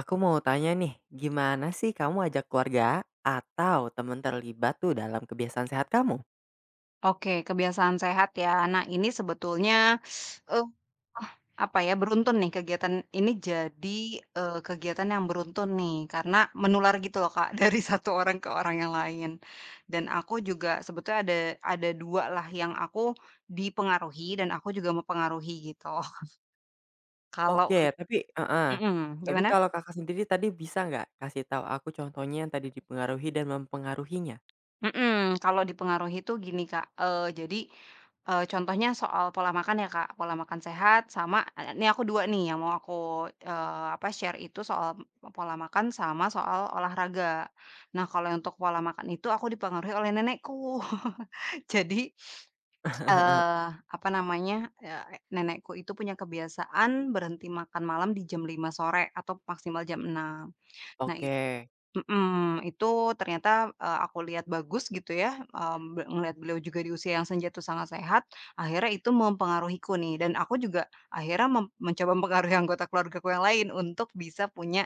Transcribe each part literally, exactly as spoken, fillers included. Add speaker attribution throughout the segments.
Speaker 1: Aku mau tanya nih, gimana sih kamu ajak keluarga atau teman terlibat tuh dalam kebiasaan sehat kamu?
Speaker 2: Oke, kebiasaan sehat ya. Nah, ini sebetulnya, eee, apa ya, beruntun nih kegiatan ini jadi, eee, kegiatan yang beruntun nih, karena menular gitu loh, Kak, dari satu orang ke orang yang lain. Dan aku juga sebetulnya ada ada dua lah yang aku dipengaruhi dan aku juga mempengaruhi gitu. Kalau
Speaker 1: Oke,
Speaker 2: un
Speaker 1: tapi heeh,
Speaker 2: Mhm,
Speaker 1: tapi
Speaker 2: gimana?
Speaker 1: kalau Kakak sendiri tadi bisa nggak kasih tahu aku contohnya yang tadi dipengaruhi dan mempengaruhinya?
Speaker 2: Mhm, kalau dipengaruhi itu gini Kak, eee, jadi, eee, contohnya soal pola makan ya Kak, pola makan sehat sama eh, ini aku dua nih yang mau aku, eee, apa, share itu soal pola makan sama soal olahraga. Nah kalau yang untuk pola makan itu aku dipengaruhi oleh nenekku. Jadi, eee, apa namanya, eee, nenekku itu punya kebiasaan berhenti makan malam di jam lima sore atau maksimal jam enam. Nah,
Speaker 1: Oke.
Speaker 2: mhm, itu ternyata, eee, aku lihat bagus gitu ya, mmm, be ngelihat beliau juga di usia yang senja itu sangat sehat, akhirnya itu mempengaruhiku nih dan aku juga akhirnya mem mencoba mempengaruhi anggota keluargaku yang lain untuk bisa punya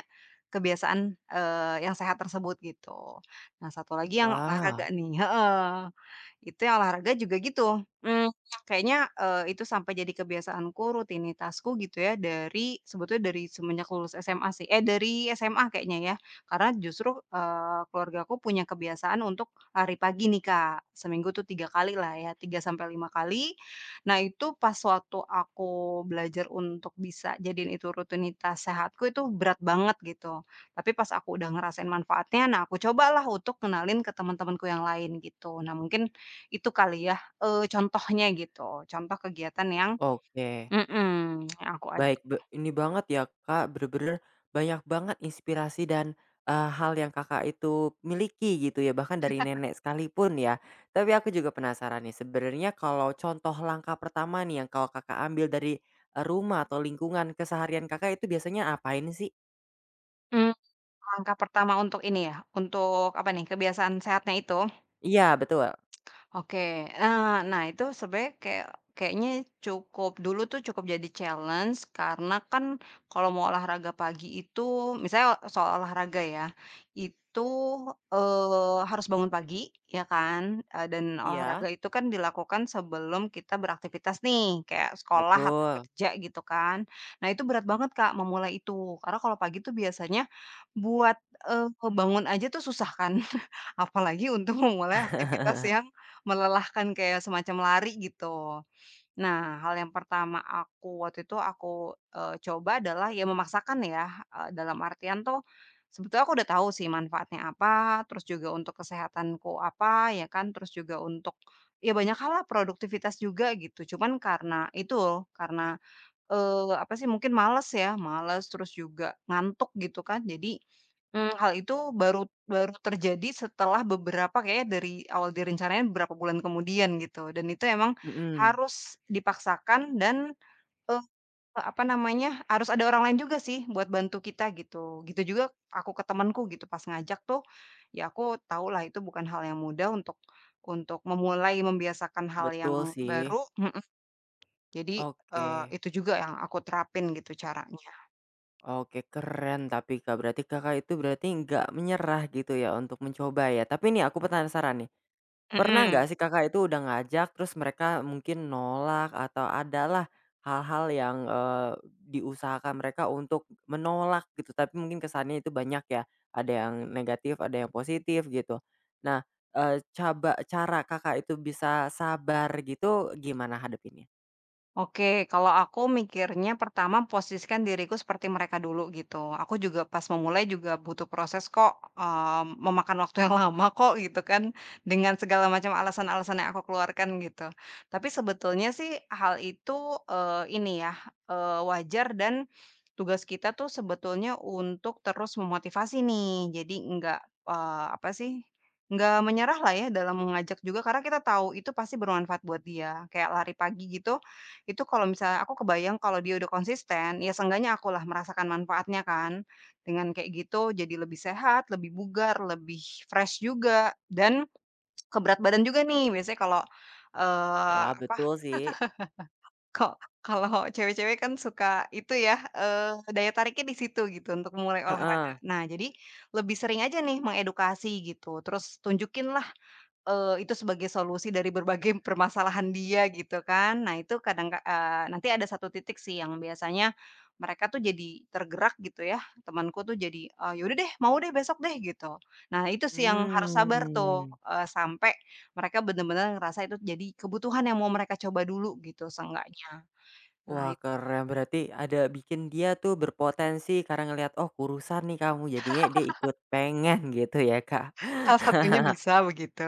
Speaker 2: kebiasaan, eee, yang sehat tersebut gitu. Nah, satu lagi yang
Speaker 1: Wah,
Speaker 2: olahraga nih, heeh. Itu ya olahraga juga gitu, mmm, kayaknya, eee, itu sampai jadi kebiasaanku, rutinitasku gitu ya dari sebetulnya dari semenjak lulus S M A sih, eh, dari S M A kayaknya ya. Karena justru, eee, keluargaku punya kebiasaan untuk lari pagi nih, Kak. Seminggu tuh tiga kali lah ya, tiga sampai lima kali. Nah itu pas waktu aku belajar untuk bisa jadiin itu rutinitas sehatku itu berat banget gitu. Tapi pas aku udah ngerasain manfaatnya, nah aku cobalah untuk kenalin ke teman-temanku yang lain gitu. Nah mungkin itu kali ya, eee, contohnya gitu, contoh kegiatan yang,
Speaker 1: oke.
Speaker 2: mhm, yang aku ajak
Speaker 1: Baik, be ini banget ya Kak, bener-bener banyak banget inspirasi dan, eee, hal yang Kakak itu miliki gitu ya, bahkan dari nenek sekalipun ya. Tapi aku juga penasaran nih, sebenarnya kalau contoh langkah pertama nih yang kalau Kakak ambil dari, eee, rumah atau lingkungan keseharian Kakak itu biasanya apain sih?
Speaker 2: mmm, langkah pertama untuk ini ya, untuk apa nih, kebiasaan sehatnya itu?
Speaker 1: Iya betul,
Speaker 2: Oke, eee, nah itu sebenarnya kayak kayaknya cukup dulu tuh cukup jadi challenge karena kan kalau mau olahraga pagi itu misalnya soal olahraga ya, itu, eee, harus bangun pagi ya kan, eee, dan olahraga
Speaker 1: iya,
Speaker 2: itu kan dilakukan sebelum kita beraktivitas nih kayak sekolah atau
Speaker 1: betul,
Speaker 2: kerja gitu kan. Nah itu berat banget Kak memulai itu, karena kalau pagi tuh biasanya buat, eee, bangun aja tuh susah kan, apalagi untuk memulai aktivitas yang melelahkan kayak semacam lari gitu. Nah, hal yang pertama aku waktu itu aku, eee, coba adalah ya memaksakan ya, eee, dalam artian tuh sebetulnya aku udah tahu sih manfaatnya apa, terus juga untuk kesehatanku apa ya kan, terus juga untuk ya banyak hal lah, produktivitas juga gitu. Cuman karena itu, karena, eee, apa sih, mungkin males ya, males terus juga ngantuk gitu kan, jadi Mmm, hal itu baru baru terjadi setelah beberapa kayaknya dari awal direncanain beberapa bulan kemudian gitu, dan itu emang
Speaker 1: mhm,
Speaker 2: harus dipaksakan dan, eee, apa namanya, harus ada orang lain juga sih buat bantu kita gitu. Gitu juga aku ke temenku gitu pas ngajak tuh, ya aku tahulah itu bukan hal yang mudah untuk untuk memulai membiasakan hal yang
Speaker 1: betul sih,
Speaker 2: baru, mhm, jadi,
Speaker 1: oke,
Speaker 2: eee, itu juga yang aku terapin gitu caranya.
Speaker 1: oke keren tapi Kak, berarti Kakak itu berarti nggak menyerah gitu ya untuk mencoba ya. Tapi nih aku penasaran nih. Pernah
Speaker 2: Mhm.
Speaker 1: nggak sih Kakak itu udah ngajak terus mereka mungkin nolak atau adalah hal-hal yang, eee, diusahakan mereka untuk menolak gitu tapi mungkin kesannya itu banyak ya, ada yang negatif ada yang positif gitu. Nah, eee, caba cara Kakak itu bisa sabar gitu gimana hadapinnya?
Speaker 2: Oke, kalau aku mikirnya pertama posisikan diriku seperti mereka dulu gitu. Aku juga pas memulai juga butuh proses kok, eee, memakan waktu yang lama kok gitu kan, dengan segala macam alasan-alasan yang aku keluarkan gitu. Tapi sebetulnya sih hal itu, eee, ini ya, eee, wajar dan tugas kita tuh sebetulnya untuk terus memotivasi nih. Jadi enggak, eee, apa sih, nggak menyerah lah ya dalam mengajak juga karena kita tahu itu pasti bermanfaat buat dia. Kayak lari pagi gitu itu kalau misalnya aku kebayang kalau dia udah konsisten, ya seenggaknya akulah merasakan manfaatnya kan. Dengan kayak gitu jadi lebih sehat, lebih bugar, lebih fresh juga, dan ke berat badan juga nih. Biasanya kalau, eee,
Speaker 1: Wah
Speaker 2: apa,
Speaker 1: betul sih,
Speaker 2: kok kalau cewek-cewek kan suka itu ya, eee, daya tariknya di situ gitu untuk mulai
Speaker 1: heeh,
Speaker 2: olahraga. Nah, jadi lebih sering aja nih mengedukasi gitu, terus tunjukin Eee, itu sebagai solusi dari berbagai permasalahan dia gitu kan. Nah itu kadang ka eee, nanti ada satu titik sih yang biasanya mereka tuh jadi tergerak gitu ya, temanku tuh jadi, eee, "Ya udah deh, mau deh besok deh," gitu. Nah itu sih yang harus sabar tuh,
Speaker 1: hmm.
Speaker 2: eee, sampai mereka bener-bener ngerasa itu jadi kebutuhan yang mau mereka coba dulu gitu seenggaknya. Nah
Speaker 1: Wah
Speaker 2: itu
Speaker 1: keren, berarti ada bikin dia tuh berpotensi karena ngelihat, oh kurusan nih kamu, jadinya dia ikut pengen gitu ya Kak?
Speaker 2: salah satunya bisa begitu.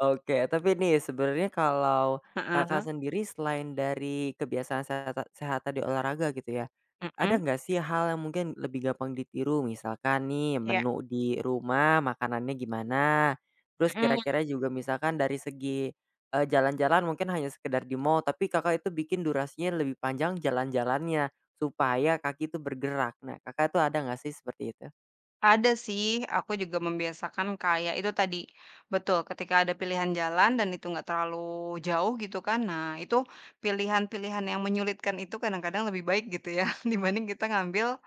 Speaker 1: Oke, tapi nih sebenarnya kalau Kakak
Speaker 2: Heeh,
Speaker 1: sendiri selain dari kebiasaan sehat sehat tadi olahraga gitu ya, ada
Speaker 2: mhm,
Speaker 1: nggak sih hal yang mungkin lebih gampang ditiru? Misalkan nih
Speaker 2: iya,
Speaker 1: menu di rumah makanannya gimana, terus
Speaker 2: mhm.
Speaker 1: kira-kira juga misalkan dari segi, eee, jalan-jalan mungkin hanya sekedar di mall, tapi Kakak itu bikin durasinya lebih panjang jalan-jalannya, supaya kaki itu bergerak. Nah Kakak itu ada nggak sih seperti itu?
Speaker 2: Ada sih, aku juga membiasakan kayak itu tadi, betul ketika ada pilihan jalan dan itu nggak terlalu jauh gitu kan, nah itu pilihan-pilihan yang menyulitkan itu kadang-kadang lebih baik gitu ya, dibanding kita ngambil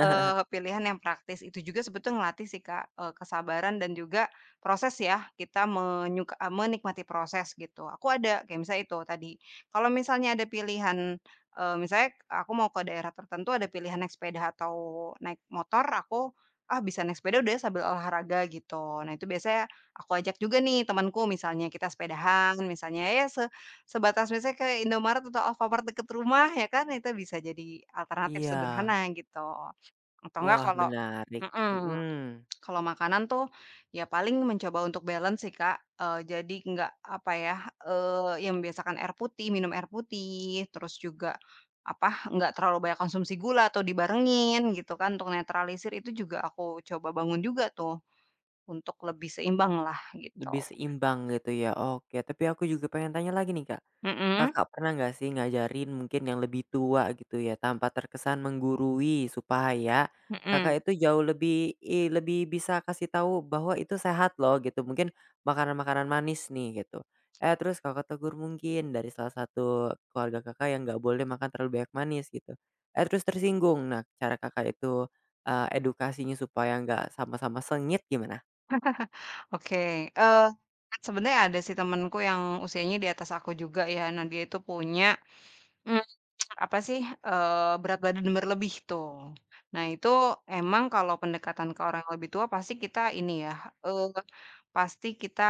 Speaker 2: Eee, pilihan yang praktis itu juga sebetulnya ngelatih sih Kak, eee, kesabaran dan juga proses ya, kita menyuka eee, menikmati proses gitu. Aku ada kayak misalnya itu tadi, kalau misalnya ada pilihan, eee, misalnya aku mau ke daerah tertentu ada pilihan naik sepeda atau naik motor, aku, ah, bisa naik sepeda udah sambil olahraga gitu. Nah itu biasanya aku ajak juga nih temanku misalnya kita sepedahan, misalnya ya se sebatas misalnya ke Indomaret atau Alfamart deket rumah ya kan, itu bisa jadi alternatif
Speaker 1: Iya,
Speaker 2: sederhana gitu. Atau enggak
Speaker 1: wah
Speaker 2: kalau,
Speaker 1: menarik,
Speaker 2: mhm,
Speaker 1: mhm.
Speaker 2: kalau makanan tuh ya paling mencoba untuk balance sih, Kak, eee, jadi enggak apa ya, eee, ya membiasakan air putih, minum air putih, terus juga apa, enggak terlalu banyak konsumsi gula atau dibarengin gitu kan untuk netralisir itu juga aku coba bangun juga tuh untuk lebih seimbang lah gitu.
Speaker 1: Lebih seimbang gitu ya, oke. Tapi aku juga pengen tanya lagi nih, Kak.
Speaker 2: Mhm,
Speaker 1: Kakak pernah nggak sih ngajarin mungkin yang lebih tua gitu ya, tanpa terkesan menggurui supaya
Speaker 2: mhm.
Speaker 1: Kakak itu jauh lebih i lebih bisa kasih tahu bahwa itu sehat loh gitu, mungkin makanan-makanan manis nih gitu. Eh, terus Kakak tegur mungkin dari salah satu keluarga Kakak yang nggak boleh makan terlalu banyak manis gitu. Eh, terus tersinggung. Nah, cara Kakak itu, eee, edukasinya supaya nggak sama-sama sengit gimana?
Speaker 2: Oke, eee, sebenarnya ada sih temanku yang usianya di atas aku juga ya. Nah, dia itu punya mmm apa sih, eee, berat badan berlebih tuh. Nah itu emang kalau pendekatan ke orang yang lebih tua pasti kita ini ya, eee, pasti kita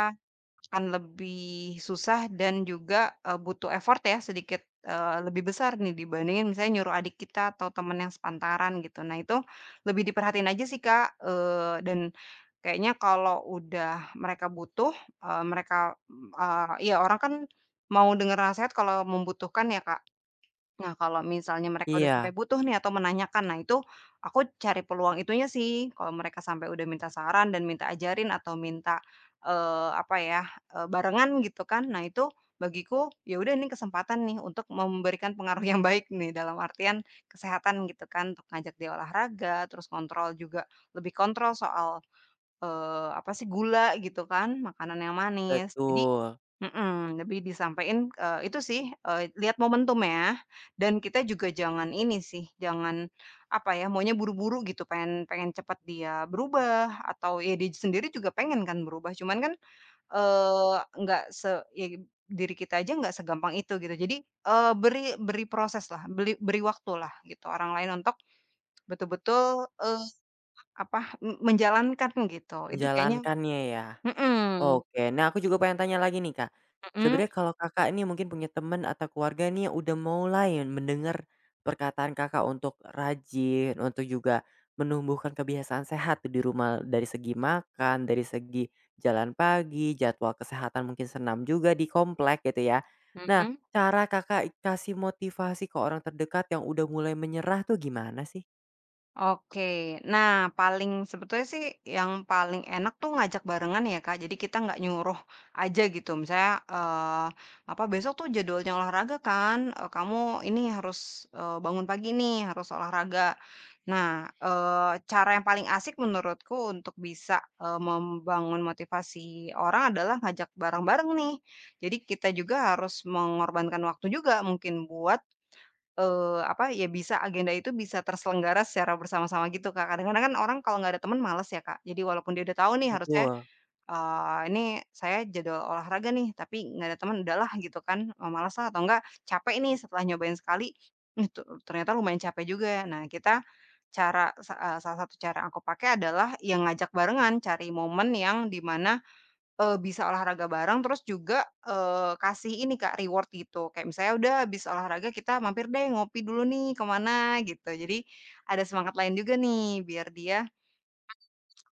Speaker 2: akan lebih susah dan juga, eee, butuh effort ya sedikit, eee, lebih besar nih dibandingin misalnya nyuruh adik kita atau temen yang sepantaran gitu. Nah itu lebih diperhatiin aja sih Kak, eee, dan kayaknya kalau udah mereka butuh, eee, mereka, eee, ya orang kan mau denger nasehat kalau membutuhkan ya Kak. Nah, kalau misalnya mereka udah sampai
Speaker 1: Iya,
Speaker 2: butuh nih atau menanyakan, nah itu aku cari peluang itunya sih. Kalau mereka sampai udah minta saran dan minta ajarin atau minta, eee, apa ya, eee, barengan gitu kan. Nah itu bagiku, ya udah ini kesempatan nih untuk memberikan pengaruh yang baik nih dalam artian kesehatan gitu kan, untuk ngajak dia olahraga, terus kontrol juga lebih kontrol soal Eee, apa sih, gula gitu kan, makanan yang manis. Jadi,
Speaker 1: betul.
Speaker 2: mhm, lebih disampaikan eee, itu sih, eee, lihat momentum ya, dan kita juga jangan ini sih, jangan, apa ya, maunya buru-buru gitu, pengen pengen cepat dia berubah, atau ya dia sendiri juga pengen kan berubah, cuman kan, eee, nggak se ya diri kita aja nggak segampang itu gitu. Jadi, eee, beri beri proses lah beri beri waktu lah gitu orang lain untuk betul-betul, eee, apa, m menjalankan gitu. Itu kayaknya,
Speaker 1: Menjalankannya ya?
Speaker 2: mhm,
Speaker 1: Oke. Nah, aku juga pengen tanya lagi nih, Kak.
Speaker 2: mhm,
Speaker 1: Sebenarnya kalau Kakak ini mungkin punya teman atau keluarga nih yang udah mulai mendengar perkataan Kakak untuk rajin, untuk juga menumbuhkan kebiasaan sehat di rumah dari segi makan, dari segi jalan pagi, jadwal kesehatan mungkin senam juga di komplek gitu ya. Nah,
Speaker 2: mhm,
Speaker 1: cara Kakak kasih motivasi ke orang terdekat yang udah mulai menyerah tuh gimana sih?
Speaker 2: oke. Nah, paling sebetulnya sih yang paling enak tuh ngajak barengan ya, Kak, jadi kita nggak nyuruh aja gitu misalnya, eee, apa, "Besok tuh jadwalnya olahraga kan, eee, kamu ini harus, eee, bangun pagi nih, harus olahraga." Nah, eee, cara yang paling asik menurutku untuk bisa, eee, membangun motivasi orang adalah ngajak bareng-bareng nih. Jadi kita juga harus mengorbankan waktu juga mungkin buat Eee, apa, ya bisa agenda itu bisa terselenggara secara bersama-sama gitu, Kak. Kadang-kadang kan orang kalau nggak ada teman males ya, Kak. Jadi walaupun dia udah tahu nih harusnya,
Speaker 1: Betul,
Speaker 2: eee, ini saya jadwal olahraga nih, tapi nggak ada teman, udahlah gitu kan, eee, malas lah atau enggak capek nih setelah nyobain sekali, ih tu ternyata lumayan capek juga. Nah kita cara sa eee, salah satu cara yang aku pakai adalah ya ngajak barengan, cari momen yang di mana, Eee, bisa olahraga bareng terus juga, eee, kasih ini Kak, reward gitu, kayak misalnya, "Udah habis olahraga kita mampir deh ngopi dulu nih kemana gitu." Jadi ada semangat lain juga nih biar dia,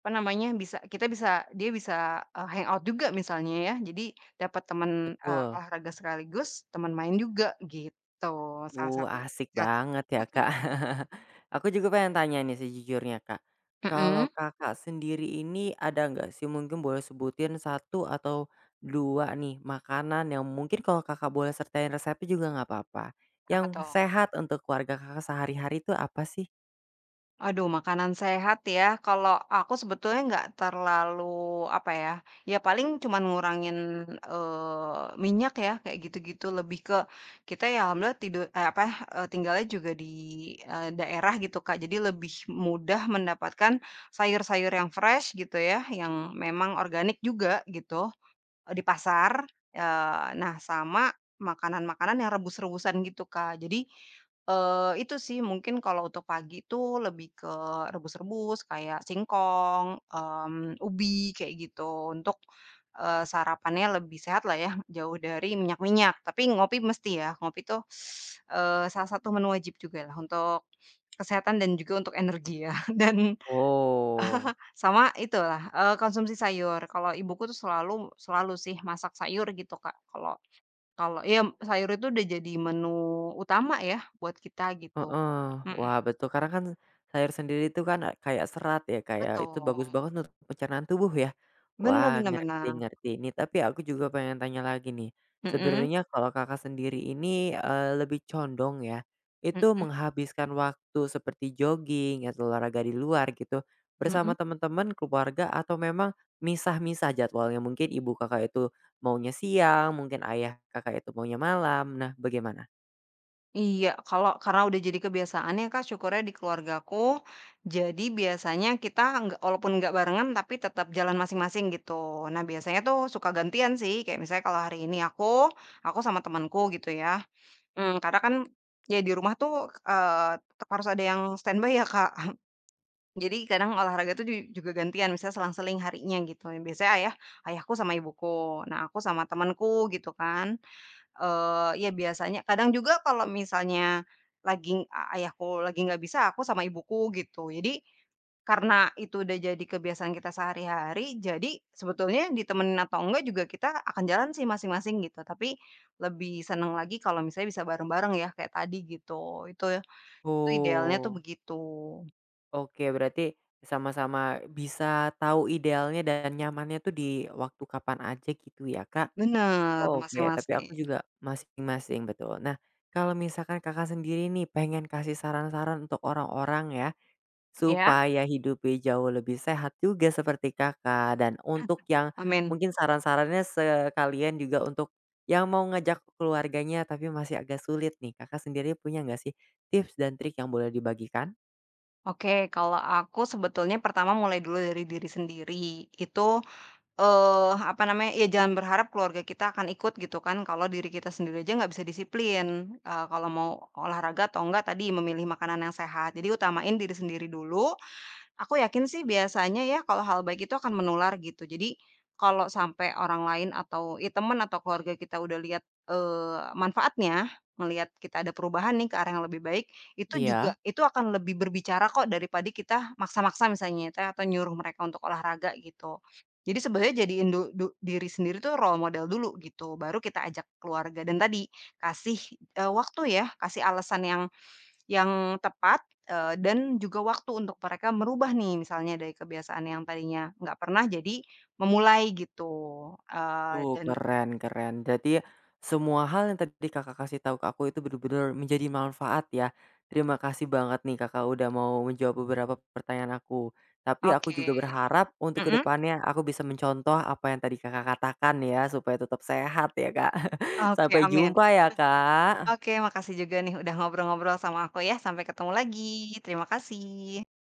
Speaker 2: apa namanya, bisa kita bisa dia bisa, eee, hangout juga misalnya ya. Jadi dapat teman, eee,
Speaker 1: betul.
Speaker 2: olahraga sekaligus teman main juga gitu, salah
Speaker 1: Uh,
Speaker 2: satu
Speaker 1: asik
Speaker 2: cara,
Speaker 1: banget ya, Kak. Aku juga pengen tanya nih sejujurnya, Kak.
Speaker 2: mhm,
Speaker 1: Kalau Kakak sendiri ini ada nggak sih mungkin boleh sebutin satu atau dua nih makanan yang mungkin kalau Kakak boleh sertain resepnya juga nggak apa-apa,
Speaker 2: apa
Speaker 1: yang
Speaker 2: tuh?
Speaker 1: sehat untuk keluarga Kakak sehari-hari itu apa sih?
Speaker 2: Aduh, makanan sehat ya, kalau aku sebetulnya nggak terlalu, apa ya, ya paling cuman ngurangin, eee, minyak ya, kayak gitu-gitu. Lebih ke kita ya alhamdulillah tidur eee, apa, eee, tinggalnya juga di, eee, daerah gitu, Kak. Jadi lebih mudah mendapatkan sayur-sayur yang fresh gitu ya, yang memang organik juga gitu. Eee, di pasar, eee, nah sama makanan-makanan yang rebus-rebusan gitu, Kak. Jadi, eee, itu sih mungkin kalau untuk pagi itu lebih ke rebus-rebus kayak singkong, mmm, ubi kayak gitu untuk, eee, sarapannya lebih sehat lah ya, jauh dari minyak-minyak. Tapi ngopi mesti ya, ngopi tuh, eee, salah satu menu wajib juga lah untuk kesehatan dan juga untuk energi ya dan
Speaker 1: Oh.
Speaker 2: sama itulah, eee, konsumsi sayur. Kalau ibuku tuh selalu selalu sih masak sayur gitu, Kak. Kalau kalau ya sayur itu udah jadi menu utama ya buat kita gitu.
Speaker 1: Heeh.
Speaker 2: Mhm,
Speaker 1: Wah betul karena kan sayur sendiri itu kan e kayak serat ya kayak itu bagus
Speaker 2: betul.
Speaker 1: banget untuk pencernaan tubuh ya.
Speaker 2: Bener
Speaker 1: Wah
Speaker 2: bener
Speaker 1: ngerti
Speaker 2: bener.
Speaker 1: ngerti ini tapi aku juga pengen tanya lagi nih,
Speaker 2: Mhm,
Speaker 1: sebenarnya kalau Kakak sendiri ini, eee, lebih condong ya, itu
Speaker 2: mhm,
Speaker 1: menghabiskan waktu seperti jogging atau olahraga di luar gitu, bersama
Speaker 2: mhm.
Speaker 1: teman-teman, keluarga atau memang misah-misah jadwalnya? Mungkin ibu Kakak itu maunya siang, mungkin ayah Kakak itu maunya malam, nah bagaimana?
Speaker 2: Iya, kalau karena udah jadi kebiasaannya Kak, syukurnya di keluargaku, jadi biasanya kita nggak, walaupun nggak barengan tapi tetap jalan masing-masing gitu. Nah biasanya tuh suka gantian sih, kayak misalnya kalau hari ini aku, aku, sama temanku gitu ya. Mmm, karena kan, ya di rumah tuh, eee, tetep harus ada yang standby ya, Kak. Jadi kadang olahraga tuh ju juga gantian, misalnya selang-seling harinya gitu. Biasanya ayah ayahku sama ibuku, nah aku sama temenku gitu kan. Eee, ya biasanya kadang juga kalau misalnya lagi a ayahku lagi nggak bisa, aku sama ibuku gitu. Jadi, karena itu udah jadi kebiasaan kita sehari-hari, jadi sebetulnya ditemenin atau enggak juga kita akan jalan sih masing-masing gitu. Tapi lebih seneng lagi kalau misalnya bisa bareng-bareng ya kayak tadi gitu. Itu ya itu idealnya tuh
Speaker 1: Oh.
Speaker 2: begitu.
Speaker 1: Oke, berarti sama-sama bisa tahu idealnya dan nyamannya tuh di waktu kapan aja gitu ya, Kak?
Speaker 2: Bener,
Speaker 1: Oke, tapi
Speaker 2: masing-masing.
Speaker 1: aku juga masing-masing, betul. Nah, kalau misalkan Kakak sendiri nih pengen kasih saran-saran untuk orang-orang ya,
Speaker 2: Iya?
Speaker 1: supaya hidupnya jauh lebih sehat juga seperti Kakak, dan untuk yang
Speaker 2: Amin.
Speaker 1: mungkin saran-sarannya sekalian juga untuk yang mau ngajak keluarganya tapi masih agak sulit nih, Kakak sendiri punya nggak sih tips dan trik yang boleh dibagikan?
Speaker 2: Oke, kalau aku sebetulnya pertama mulai dulu dari diri sendiri. Itu, Eee, apa namanya, ya jangan berharap keluarga kita akan ikut gitu kan, kalau diri kita sendiri aja nggak bisa disiplin, eee, kalau mau olahraga atau enggak tadi memilih makanan yang sehat. Jadi utamain diri sendiri dulu. Aku yakin sih biasanya ya kalau hal baik itu akan menular gitu. Jadi kalau sampai orang lain atau ya teman atau keluarga kita udah lihat, eee, manfaatnya, melihat kita ada perubahan nih ke arah yang lebih baik, itu juga
Speaker 1: Iya.
Speaker 2: itu akan lebih berbicara kok daripada kita maksa-maksa misalnya ya teh atau nyuruh mereka untuk olahraga gitu. Jadi sebenarnya jadiin du du diri sendiri tuh role model dulu gitu, baru kita ajak keluarga dan tadi kasih, eee, waktu ya, kasih alasan yang yang tepat, eee, dan juga waktu untuk mereka merubah nih, misalnya dari kebiasaan yang tadinya nggak pernah jadi memulai gitu, eee,
Speaker 1: Uh,
Speaker 2: dan
Speaker 1: keren keren. Jadi semua hal yang tadi Kakak kasih tahu ke aku itu benar-benar menjadi manfaat ya. Terima kasih banget nih Kakak udah mau menjawab beberapa pertanyaan aku. Tapi aku juga
Speaker 2: oke,
Speaker 1: berharap untuk
Speaker 2: mhm,
Speaker 1: kedepannya aku bisa mencontoh apa yang tadi Kakak katakan ya supaya tetap sehat ya, Kak.
Speaker 2: oke
Speaker 1: Sampai
Speaker 2: amin.
Speaker 1: jumpa ya, Kak.
Speaker 2: Oke, makasih juga nih udah ngobrol-ngobrol sama aku ya, sampai ketemu lagi, terima kasih.